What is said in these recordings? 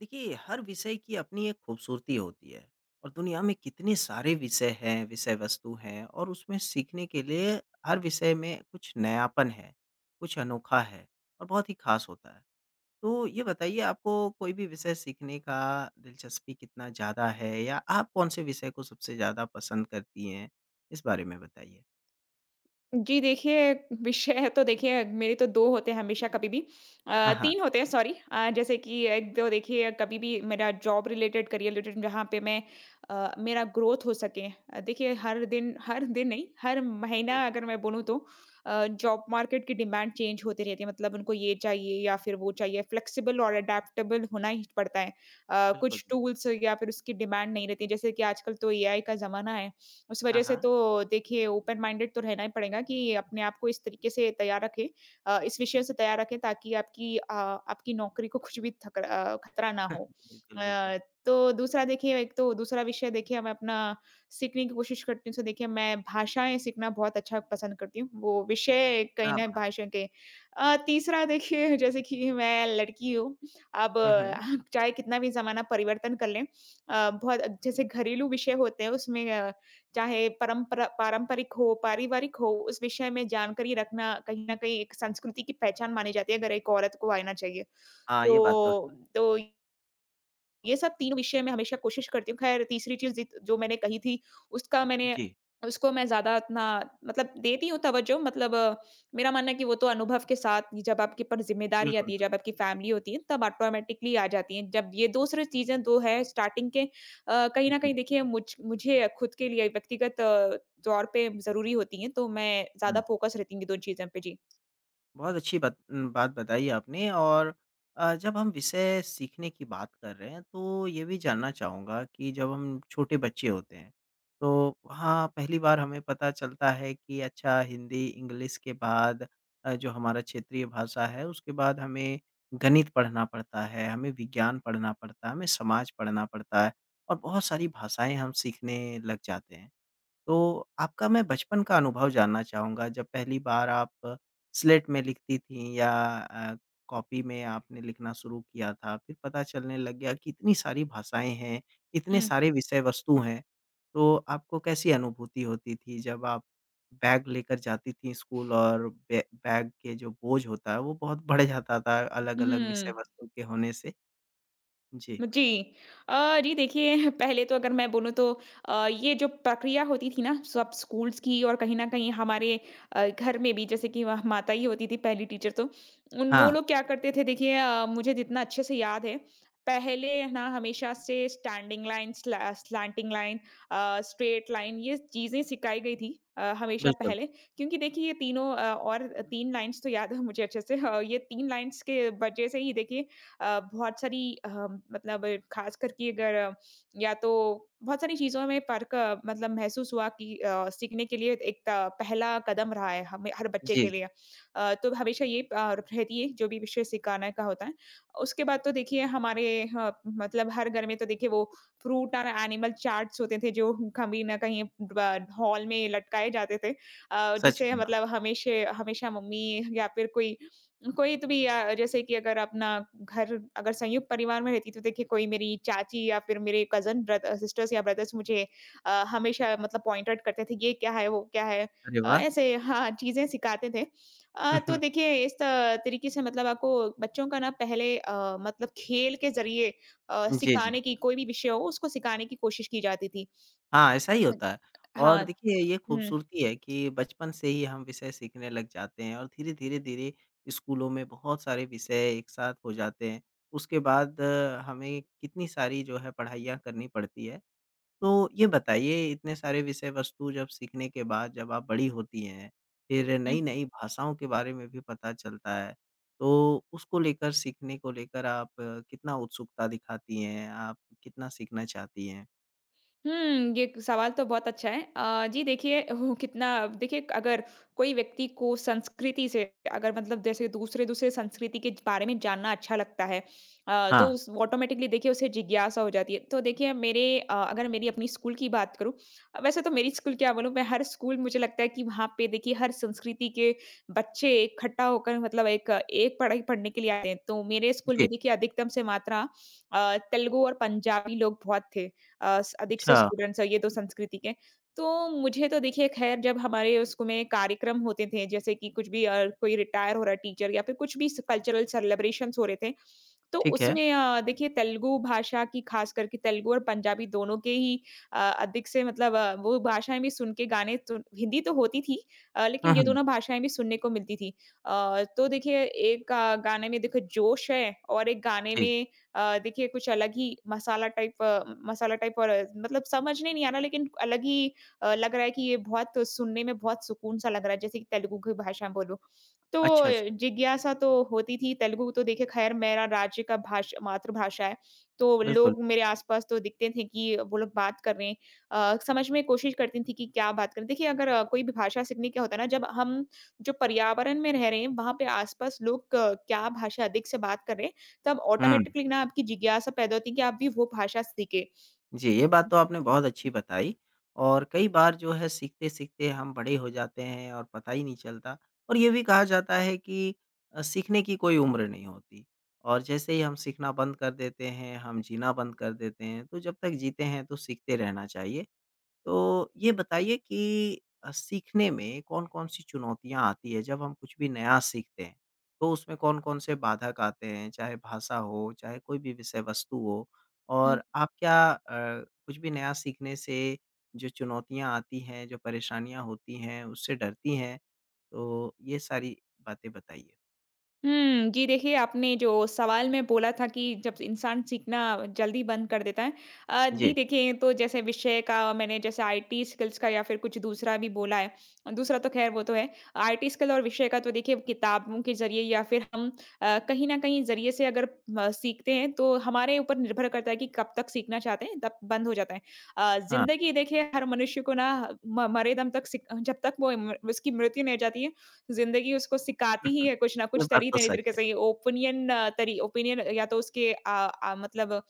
देखिए, हर विषय की अपनी एक खूबसूरती होती है और दुनिया में कितने सारे विषय हैं, विषय वस्तु हैं और उसमें सीखने के लिए हर विषय में कुछ नयापन है, कुछ अनोखा है और बहुत ही ख़ास होता है। तो ये बताइए आपको कोई भी विषय सीखने का दिलचस्पी कितना ज़्यादा है या आप कौन-से विषय को सबसे ज़्यादा पसंद करती हैं? इस बारे में बताइए? जी देखिए, विषय तो देखिए मेरे तो 2 होते हैं हमेशा कभी भी हाँ, हाँ। 3 होते हैं सॉरी जैसे कि एक तो देखिए कभी भी मेरा जॉब रिलेटेड, करियर रिलेटेड जहाँ पे मैं मेरा ग्रोथ हो सके। देखिए हर दिन नहीं, हर जी, महीना अगर मैं बोलूँ तो जॉब मार्केट की डिमांड चेंज होती रहती है। मतलब उनको ये चाहिए या फिर वो चाहिए, फ्लेक्सिबल और अडैप्टेबल होना ही पड़ता है। बिल्कुल, कुछ बिल्कुल। टूल्स या फिर उसकी डिमांड नहीं रहती है। जैसे कि आजकल तो एआई का ज़माना है। उस हाँ, वजह से हाँ। तो देखिए ओपन माइंडेड तो रहना ही पड़ेगा कि अपने आप को इस तरीके से तैयार रखें इस विषय से तैयार रखें ताकि आपकी आपकी नौकरी को कुछ भी खतरा ना हो बिल्कुल, बिल्कुल। अ, तो दूसरा देखिए एक तो दूसरा विषय देखिए मैं अपना सीखने की कोशिश करती हूँ तो देखिए मैं भाषाएं सीखना बहुत अच्छा पसंद करती हूँ वो विषय कहीं क्या ना बात है! भाषा के तीसरा देखिए जैसे कि मैं लड़की हूँ अब हुँ, हुँ। चाहे कितना भी जमाना परिवर्तन कर लें बहुत जैसे घरेलू विषय होते हैं उसमें चाहे परंपरा पारंपरिक हो, पारिवारिक हो, उस विषय में जानकारी रखना कहीं न कहीं एक संस्कृति की पहचान मानी जाती है, अगर एक औरत को आना चाहिए। हाँ, ये बात तो है। तो तो ये सब तीनों विषय मैं हमेशा कोशिश करती हूँ। ख़ैर तीसरी चीज़ जित जो मैंने कही थी उसका मैंने जी, उसको मैं ज़्यादा इतना मतलब देती हूँ तवज्जो मतलब मेरा मानना है कि वो तो अनुभव के साथ ही, जब आपके ऊपर ज़िम्मेदारी आती बिल्कुल, है, जब आपकी फ़ैमिली होती है तब ऑटोमेटिकली आ जाती है। जब ये दूसरी चीज़ें 2 है स्टार्टिंग के कहीं न बिल्कुल। कहीं जी। देखिए मुझे खुद के लिए व्यक्तिगत तौर पे ज़रूरी होती हैं, तो मैं ज़्यादा हुँ। फ़ोकस रहती हूँ ये 2 चीज़ों पे। जी। बहुत अच्छी बात बताई आपने और जब हम विषय सीखने की बात कर रहे हैं, तो ये भी जानना चाहूँगा कि जब हम छोटे बच्चे होते हैं, तो वहाँ पहली बार हमें पता चलता है कि अच्छा हिंदी, इंग्लिश के बाद जो हमारा क्षेत्रीय भाषा है, उसके बाद हमें गणित पढ़ना पड़ता है, हमें विज्ञान पढ़ना पड़ता है, हमें समाज पढ़ना पड़ता है और बहुत सारी भाषाएँ हम सीखने लग जाते हैं। तो आपका मैं बचपन का अनुभव जानना चाहूँगा जब पहली बार आप स्लेट में लिखती थीं या अ, कॉपी में आपने लिखना शुरू किया था। फिर पता चलने लग गया कि इतनी सारी भाषाएँ हैं, इतने हुँ। सारे विषय वस्तु हैं। तो आपको कैसी अनुभूति होती थी जब आप बैग लेकर जाती थीं स्कूल और बै बैग के जो बोझ होता है वो बहुत बढ़ जाता था अलग-अलग हुँ। विषय वस्तु के होने से? जी। जी। जी देखिए पहले तो अगर मैं बोलूँ तो ये जो प्रक्रिया होती थी ना सब स्कूल्स की और कहीं न कहीं हमारे घर में भी जैसे कि वह माता ही होती थी पहली टीचर तो, उन वो हाँ, लोग क्या करते थे देखिए मुझे जितना अच्छे से याद है, पहले है ना हमेशा से स्टैंडिंग लाइन, स्ला स्लैंटिंग लाइन स्ट्रेट लाइन ये चीज़ें सिखाई गई थी हमेशा बिल्कुल। पहले क्योंकि देखिए ये तीनों और 3 लाइन्स तो याद है मुझे अच्छे से ये 3 लाइन्स के वजह से ही देखिए बहुत सारी मतलब खास करके अगर या तो बहुत सारी चीज़ों में फ़र्क मतलब महसूस हुआ कि सीखने के लिए एक त पहला कदम रहा है हमें हर बच्चे जी, के लिए। जी। तो हमेशा ये रहती है जो भी विषय सिखाने का होता है। उसके बाद तो देखिए हमारे ह मतलब हर घर में तो देखिए वो फ्रूट और एनिमल चार्ट्स होते थे जो कभी ना कहीं ब हॉल में लटकाए जाते थे। सच जिससे कहा। मतलब हमेशा हमेशा मम्मी या फिर कोई कोई तो भी जैसे कि अगर अपना घर अगर संयुक्त परिवार में रहती तो देखिए कोई मेरी चाची या फिर मेरे कजन सिस्टर्स या ब्रदर्स मुझे हमेशा मतलब पॉइंट आउट करते थे ये क्या है वो क्या है अरे वाह! ऐसे हाँ चीजें सिखाते थे हुँ, तो हुँ। देखिए इस तरीके से मतलब आपको बच्चों का ना पहले मतलब खेल के जरिए जी, सिखाने जी। की कोई भी विषय हो उसको सिखाने की कोशिश की जाती थी। हाँ, ऐसा ही हाँ। होता है और हाँ। देखिए ये हम्म। खूबसूरती है कि बचपन से ही हम विषय सीखने लग जाते हैं और धीरे-धीरे, धीरे धीरे स्कूलों में बहुत सारे विषय एक साथ हो जाते हैं। उसके बाद हमें कितनी सारी जो है पढ़ाइयाँ करनी पड़ती है। तो ये बताइए इतने सारे विषय वस्तु जब सीखने के बाद जब आप बड़ी होती हैं, फिर हम्म। नई-नई भाषाओं के बारे में भी पता चलता है। तो उसको लेकर सीखने को लेकर आप कितना उत्सुकता दिखाती हैं? आप कितना सीखना चाहती हैं? हुँ, ये सवाल तो बहुत अच्छा है। जी देखिए वो कितना देखिए अगर कोई व्यक्ति को संस्कृति से अगर मतलब जैसे दूसरे-दूसरे संस्कृति के बारे में जानना अच्छा लगता है तो हाँ, उस ऑटोमैटिकली देखिए उसे जिज्ञासा हो जाती है। तो देखिए मेरे अगर मेरी अपनी स्कूल की बात करूँ, वैसे तो मेरी स्कूल क्या बोलूँ मैं हर स्कूल मुझे लगता है कि वहाँ पे देखिए हर संस्कृति के बच्चे इकट्ठा होकर मतलब एक एक पढ़ाई पढ़ने के लिए आते हैं। तो मेरे स्कूल में जी, देखिए अधिकतम से मात्रा तेलुगु और पंजाबी लोग बहुत थे। अ, स अधिक से अच्छा। स्टूडेंट्स है ये तो संस्कृति के। तो मुझे तो देखिए ख़ैर जब हमारे उसमें कार्यक्रम होते थे जैसे कि कुछ भी कोई रिटायर हो रहा है टीचर या फिर कुछ भी स कल्चरल सेलिब्रेशंस हो रहे थे, तो ठीक है। उसमें देखिए तेलुगु भाषा की खास करके तेलुगु और पंजाबी दोनों के ही अधिक से मतलब वो भाषाएँ भी सुन के गाने तो हिंदी तो होती थी लेकिन हुँ, ये हुँ। दोनों भाषाएँ भी सुनने को मिलती थी। तो देखिए एक गाने में देखो जोश है और एक गाने जी, जी। में देखिए कुछ अलग ही मसाला टाइप मसाला टाइप और मतलब समझ में नहीं आ रहा लेकिन अलग ही लग रहा है कि ये बहुत सुनने में बहुत सुकून सा लग रहा है जैसे कि तेलुगु की भाषा बोलूँ। तो अच्छा, अच्छा। जिज्ञासा तो होती थी, तेलुगु तो देखिए ख़ैर मेरा राज्य का भाष मातृभाषा है, तो बिल्कुल। लोग मेरे आस-पास तो दिखते थे कि वो लोग बात कर रहे हैं। समझ में कोशिश करती थी कि क्या बात करें। देखिए अगर कोई भी भाषा सीखने क्या होता है ना, जब हम जो पर्यावरण में रह रहे हैं, वहाँ पे आस-पास लोग क क्या भाषा अधिक से बात कर रहे हैं, तब हुँ। ऑटोमेटिकली ना आपकी जिज्ञासा पैदा होती है कि आप भी वो भाषा सीखें। जी, ये बात तो आपने बहुत अच्छी बताई और कई बार जो है सीखते-सीखते हम बड़े हो जाते हैं और पता ही नहीं चलता और ये भी कहा जाता है कि सीखने की कोई उम्र नहीं होती और जैसे ही हम सीखना बंद कर देते हैं, हम जीना बंद कर देते हैं, तो जब तक जीते हैं तो सीखते रहना चाहिए। तो ये बताइए कि सीखने में कौन-कौन सी चुनौतियाँ आती है? जब हम कुछ भी नया सीखते हैं, तो उसमें कौन-कौन से बाधक आते हैं? चाहे भाषा हो, चाहे कोई भी विषय वस्तु हो हुँ। और आप क्या कुछ भी नया सीखने से जो चुनौतियाँ आती हैं, जो परेशानियाँ होती हैं, उससे डरती हैं? तो ये सारी बातें बताइए। हुँ, जी देखिए, आपने जो सवाल में बोला था कि जब इंसान सीखना जल्दी बंद कर देता है। जी जी, देखिए, तो जैसे विषय का मैंने जैसे आईटी स्किल्स का या फिर कुछ दूसरा भी बोला है। दूसरा तो ख़ैर वो तो है। आईटी स्किल और विषय का तो देखिए किताबों के ज़रिए या फिर हम कहीं न कहीं ज़रिए से अगर म सीखते हैं तो हमारे ऊपर निर्भर करता है कि कब तक सीखना चाहते हैं, तब बंद हो जाता है। हाँ, ज़िंदगी देखिए हर मनुष्य को ना म मरे दम तक सीख जब तक वो म उसकी मृत्यु नहीं हो जाती है ज़िंदगी उसको सिखाती ही है कुछ ना ये कुछ बात तरी तो तरी सच तरीके है। से ये ओपिनियन तरी ओपिनियन या तो उसके मतलब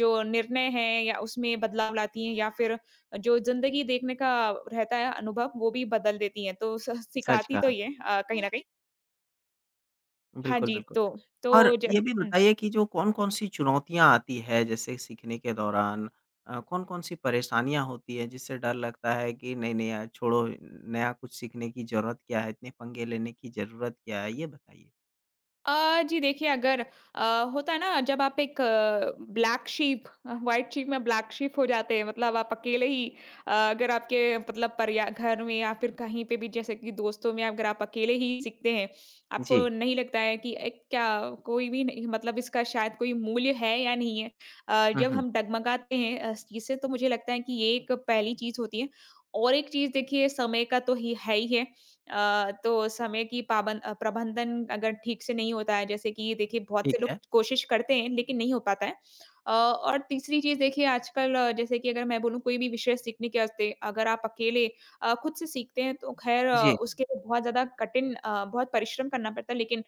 जो निर्णय है या उसमें बदलाव लाती हैं या फिर जो ज़िंदगी देखने का रहता है अनुभव वो भी बदल देती हैं। तो स सच सिखाती तो कहा। ये कहीं न कहीं। हाँ बिल्कुल, जी, बिल्कुल। तो तो और ज ये भी हुँ। बताइए कि जो कौन-कौन सी चुनौतियाँ आती है जैसे सीखने के दौरान? कौन-कौन सी परेशानियाँ होती है जिससे डर लगता है कि नहीं-नहीं यार छोड़ो नया कुछ सीखने की ज़रूरत क्या है? इतने पंगे लेने की ज़रूरत क्या है? ये बताइए? जी देखिए अगर होता है ना जब आप एक ब्लैक शीप व्हाइट शीप में ब्लैक शीप हो जाते हैं मतलब आप अकेले ही अगर आपके मतलब परिवार घर में या फिर कहीं पे भी जैसे कि दोस्तों में अगर आप अकेले ही सीखते हैं आपको जी। नहीं लगता है कि एक क्या कोई भी नहीं मतलब इसका शायद कोई मूल्य है या नहीं है हुँ, जब हुँ। हम डगमगाते हैं चीज से तो मुझे लगता है कि ये एक पहली चीज होती है और एक चीज देखिए समय का तो ही है तो समय की प्रबंधन अगर ठीक से नहीं होता है, जैसे कि देखिए बहुत से ठीक लोग है। कोशिश करते हैं लेकिन नहीं हो पाता है। और तीसरी चीज़ देखिए आजकल जैसे कि अगर मैं बोलूँ कोई भी विषय सीखने के वास्ते अगर आप अकेले खुद से सीखते हैं तो ख़ैर जी। उसके लिए बहुत ज़्यादा कठिन बहुत परिश्रम करना पड़ता है लेकिन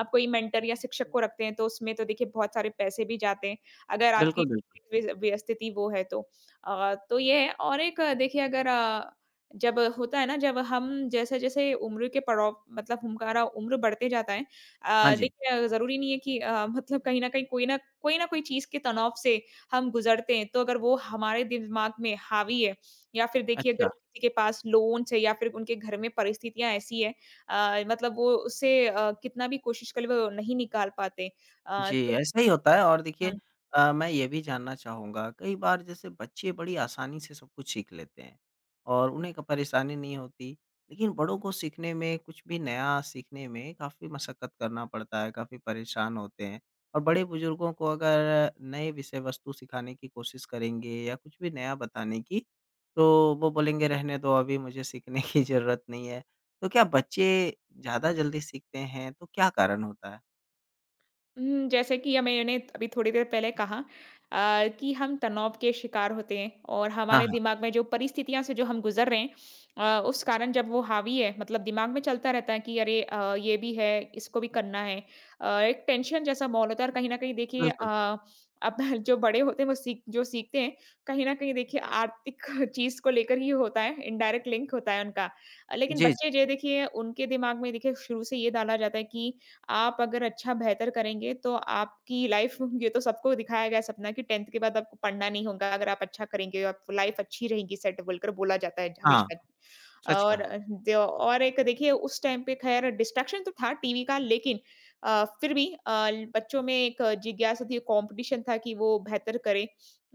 आप कोई मेंटर या शिक्षक को रखते हैं तो उसमें तो देखिए बहुत सारे पैसे भी जाते हैं, अगर आपकी बिल्कुल, बिल्कुल। वि वि स्थिति वो है तो। तो ये है और एक देखिए अगर जब होता है ना जब हम जैसे-जैसे उम्र के पड़ाव मतलब हमारा उम्र बढ़ते जाता है हाँ जी। देखिए ज़रूरी नहीं है कि मतलब कहीं न कहीं कोई ना कोई चीज़ के तनाव से हम गुज़रते हैं, तो अगर वो हमारे दिमाग में हावी है या फिर देखिए अगर अच्छा। किसी के पास लोन्स है या फिर उनके घर में परिस्थितियाँ ऐसी है मतलब वो उससे कितना भी कोशिश कर ले वो नहीं निकाल पाते। जी, तो ऐसा ही होता है और देखिए हम मैं ये भी जानना चाहूँगा, कई बार जैसे बच्चे बड़ी आसानी से सब कुछ सीख लेते हैं और उन्हें क परेशानी नहीं होती, लेकिन बड़ों को सीखने में, कुछ भी नया सीखने में काफ़ी मशक्कत करना पड़ता है, काफ़ी परेशान होते हैं और बड़े-बुजुर्गों को अगर नए विषय वस्तु सिखाने की कोशिश करेंगे या कुछ भी नया बताने की, तो वो बोलेंगे, "रहने दो, अभी मुझे सीखने की ज़रूरत नहीं है।" तो क्या बच्चे ज़्यादा जल्दी सीखते हैं, तो क्या कारण होता है? हुँ, जैसे कि मैंने अभी थोड़ी देर पहले कहा कि हम तनाव के शिकार होते हैं और हाँ, हमारे हाँ, दिमाग में जो परिस्थितियाँ से जो हम गुज़र रहे हैं उस कारण जब वो हावी है मतलब दिमाग में चलता रहता है कि अरे ये भी है, इसको भी करना है। एक टेंशन जैसा माहौल होता है और कहीं न कहीं देखिए बिल्कुल। अब जो बड़े होते हैं वो सीख जो सीखते हैं, कहीं न कहीं देखिए आर्थिक चीज़ को लेकर ही होता है, इनडायरेक्ट लिंक होता है उनका। लेकिन जी, जी। बच्चे जो है देखिए उनके दिमाग में देखिए शुरू से ये डाला जाता है कि आप अगर अच्छा बेहतर करेंगे तो आपकी लाइफ ये तो सबको दिखाया गया सपना कि 10th के बाद आपको पढ़ना नहीं होगा अगर आप अच्छा करेंगे, आप लाइफ अच्छी रहेगी सेट बोलकर बोला जाता है हाँ, हमेशा। सच और कहा, जो और एक देखिए उस टाइम पे ख़ैर डिस्ट्रैक्शन तो था टीवी का लेकिन फिर भी बच्चों में एक जिज्ञासा थी, कॉम्पिटिशन था कि वो बेहतर करें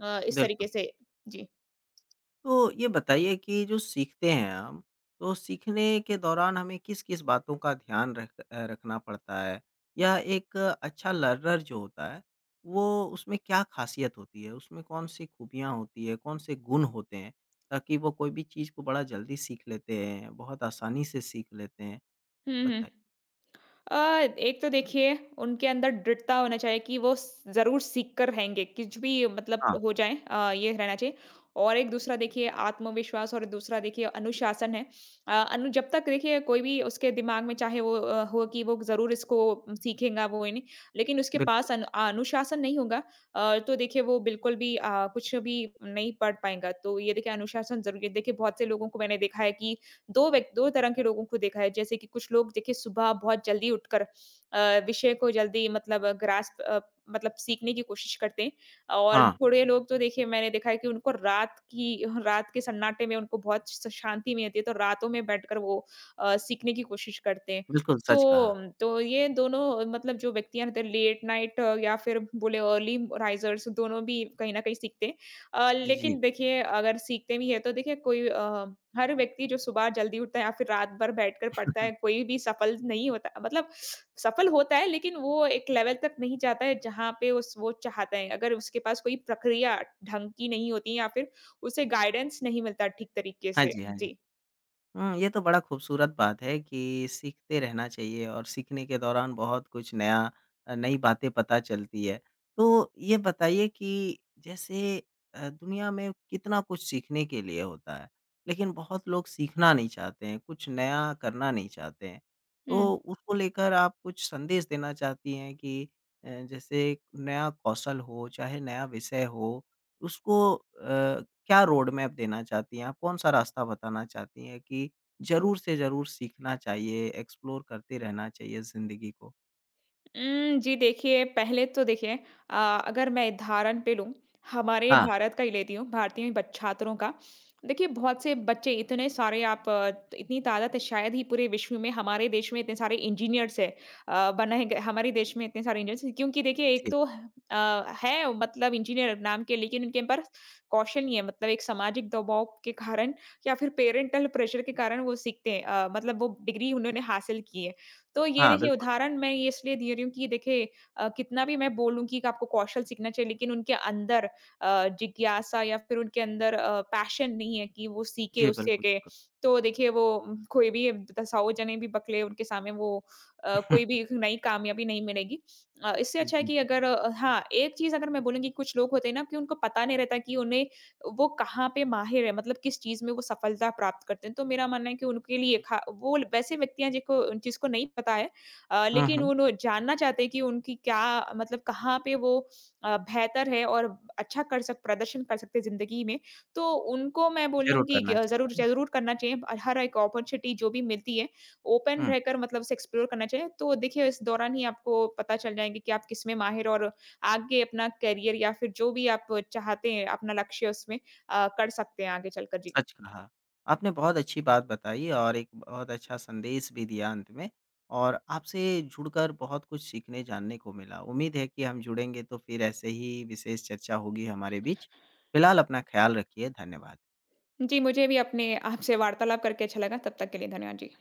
इस तरीके बिल्कुल। से। जी। तो ये बताइए कि जो सीखते हैं हम, तो सीखने के दौरान हमें किस-किस बातों का ध्यान रखना पड़ता है? या एक अच्छा लर्नर जो होता है, वो उसमें क्या ख़ासियत होती है? उसमें कौन-सी खूबियाँ होती है, कौन-से गुण होते हैं, ताकि वो कोई भी चीज़ को बड़ा जल्दी सीख लेते हैं, बहुत आसानी से सीख लेते हैं? हुँ, हुँ। बताइए। अ, एक तो देखिए उनके अंदर दृढ़ता होना चाहिए कि वो स ज़रूर सीख कर रहेंगे, कुछ भी मतलब हाँ, हो जाए, ये रहना चाहिए। और एक दूसरा देखिए आत्मविश्वास और दूसरा देखिए अनुशासन है। अ, अनु जब तक देखिए कोई भी उसके दिमाग में चाहे वो हो कि वो ज़रूर इसको सीखेगा वो ही नहीं, लेकिन उसके बिल्कुल। पास अनुशासन नहीं होगा तो देखिए वो बिल्कुल भी कुछ भी नहीं पढ़ पाएगा। तो ये देखिए अनुशासन ज़रूरी है। देखिए बहुत से लोगों को मैंने देखा है कि 2 व्यक् 2 तरह के लोगों को देखा है, जैसे कि कुछ लोग देखिए सुबह बहुत जल्दी उठकर विषय को जल्दी मतलब मतलब सीखने की कोशिश करते हैं। और हाँ, थोड़े लोग तो देखिए मैंने देखा है कि उनको रात के सन्नाटे में उनको बहुत श शांति मिलती है, तो रातों में बैठकर वो सीखने की कोशिश करते हैं। बिल्कुल तो सच कहा। तो ये दोनों मतलब जो व्यक्तियाँ रहते हैं लेट नाइट या फिर बोले अर्ली राइज़र्स दोनों भी कहीं न कहीं सीखते हैं। जी। लेकिन देखिए अगर सीखते भी हैं तो देखिए हर व्यक्ति जो सुबह जल्दी उठता है या फिर रात भर बैठकर पढ़ता है, कोई भी सफल नहीं होता। मतलब सफल होता है लेकिन वो एक लेवल तक नहीं जाता है जहाँ पे उस वो चाहता है। अगर उसके पास कोई प्रक्रिया ढंग की नहीं होती या फिर उसे गाइडेंस नहीं मिलता ठीक तरीके हाँ से। जी, हाँ जी। जी। हुँ, ये तो बड़ा खूबसूरत बात है कि सीखते रहना चाहिए और सीखने के दौरान बहुत कुछ नया नई बातें पता चलती है। तो ये बताइए कि जैसे दुनिया में कितना कुछ सीखने के लिए होता है, लेकिन बहुत लोग सीखना नहीं चाहते हैं, कुछ नया करना नहीं चाहते हैं। तो उसको लेकर आप कुछ संदेश देना चाहती हैं कि जैसे नया कौशल हो, चाहे नया विषय हो, उसको क्या रोड मैप देना चाहती हैं आप? कौन-सा रास्ता बताना चाहती हैं कि ज़रूर से ज़रूर सीखना चाहिए, एक्सप्लोर करते रहना चाहिए ज़िंदगी को? जी देखिए, पहले तो देखिए अ, अगर मैं उदाहरण पे लूँ, हमारे हाँ, भारत का ही लेती हूँ, भारतीय बच छात्रों का। देखिए, बहुत से बच्चे इतने सारे इतनी तादाद है, शायद ही पूरे विश्व में हमारे देश में इतने सारे इंजीनियर्स हैं, बनाए गए हमारे देश में इतने सारे इंजीनियर्स हैं, क्योंकि देखिए एक जी। तो है मतलब इंजीनियर नाम के, लेकिन उनके पर कौशल नहीं है। मतलब एक सामाजिक दबाव के कारण या फिर पेरेंटल प्रेशर के कारण वो सीखते हैं, मतलब वो डिग्री उन्होंने हासिल की है। तो ये हाँ, देखिए बिल्कुल। उदाहरण मैं ये इसलिए दे रही हूँ कि देखिए कितना भी मैं बोलूँ कि आपको कौशल सीखना चाहिए, लेकिन उनके अंदर जिज्ञासा या फिर उनके अंदर पैशन नहीं है कि वो सीखे जी, उससे बिल्कुल, के, बिल्कुल। तो देखिए वो कोई भी दसाओ जने भी बकले उनके सामने वो कोई भी नई कामयाबी नहीं मिलेगी। इससे अच्छा है जी। कि अगर अ, हाँ, एक चीज़ अगर मैं बोलूँगी, कुछ लोग होते हैं ना कि उनको पता नहीं रहता कि उन्हें वो कहाँ पे माहिर है, मतलब किस चीज़ में वो सफलता प्राप्त करते हैं। तो मेरा मानना है कि उनके लिए खा वो वैसे व्यक्ति हैं जिनको उन चीज़ को नहीं पता है, हुँ, लेकिन हुँ। वो लोग जानना चाहते हैं कि उनकी क्या मतलब कहाँ पे वो बेहतर है और अच्छा कर सक प्रदर्शन कर सकते हैं ज़िंदगी में। तो उनको मैं बोल रहा हूँ ज़रूर कि करना चाहिए, है ज़रूर ना? ज़रूर करना चाहिए। और हर एक अपॉर्च्युनिटी जो भी मिलती है, ओपन हुँ, रहकर मतलब उसे एक्सप्लोर करना चाहिए। तो देखिए इस दौरान ही आपको पता चल जाएँगे कि आप किसमें माहिर, और आगे अपना करियर या फिर जो भी आप चाहते हैं अपना लक्ष्य उसमें कर सकते हैं आगे चलकर। जी। सच कहा। आपने बहुत अच्छी बात बताई और एक बहुत अच्छा संदेश भी दिया अंत में और आपसे जुड़कर बहुत कुछ सीखने, जानने को मिला। उम्मीद है कि हम जुड़ेंगे तो फिर ऐसे ही विशेष चर्चा होगी हमारे बीच। फिलहाल अपना ख़्याल रखिए। धन्यवाद। जी, मुझे भी अपने आपसे वार्तालाप करके अच्छा लगा। तब तक के लिए धन्यवाद जी।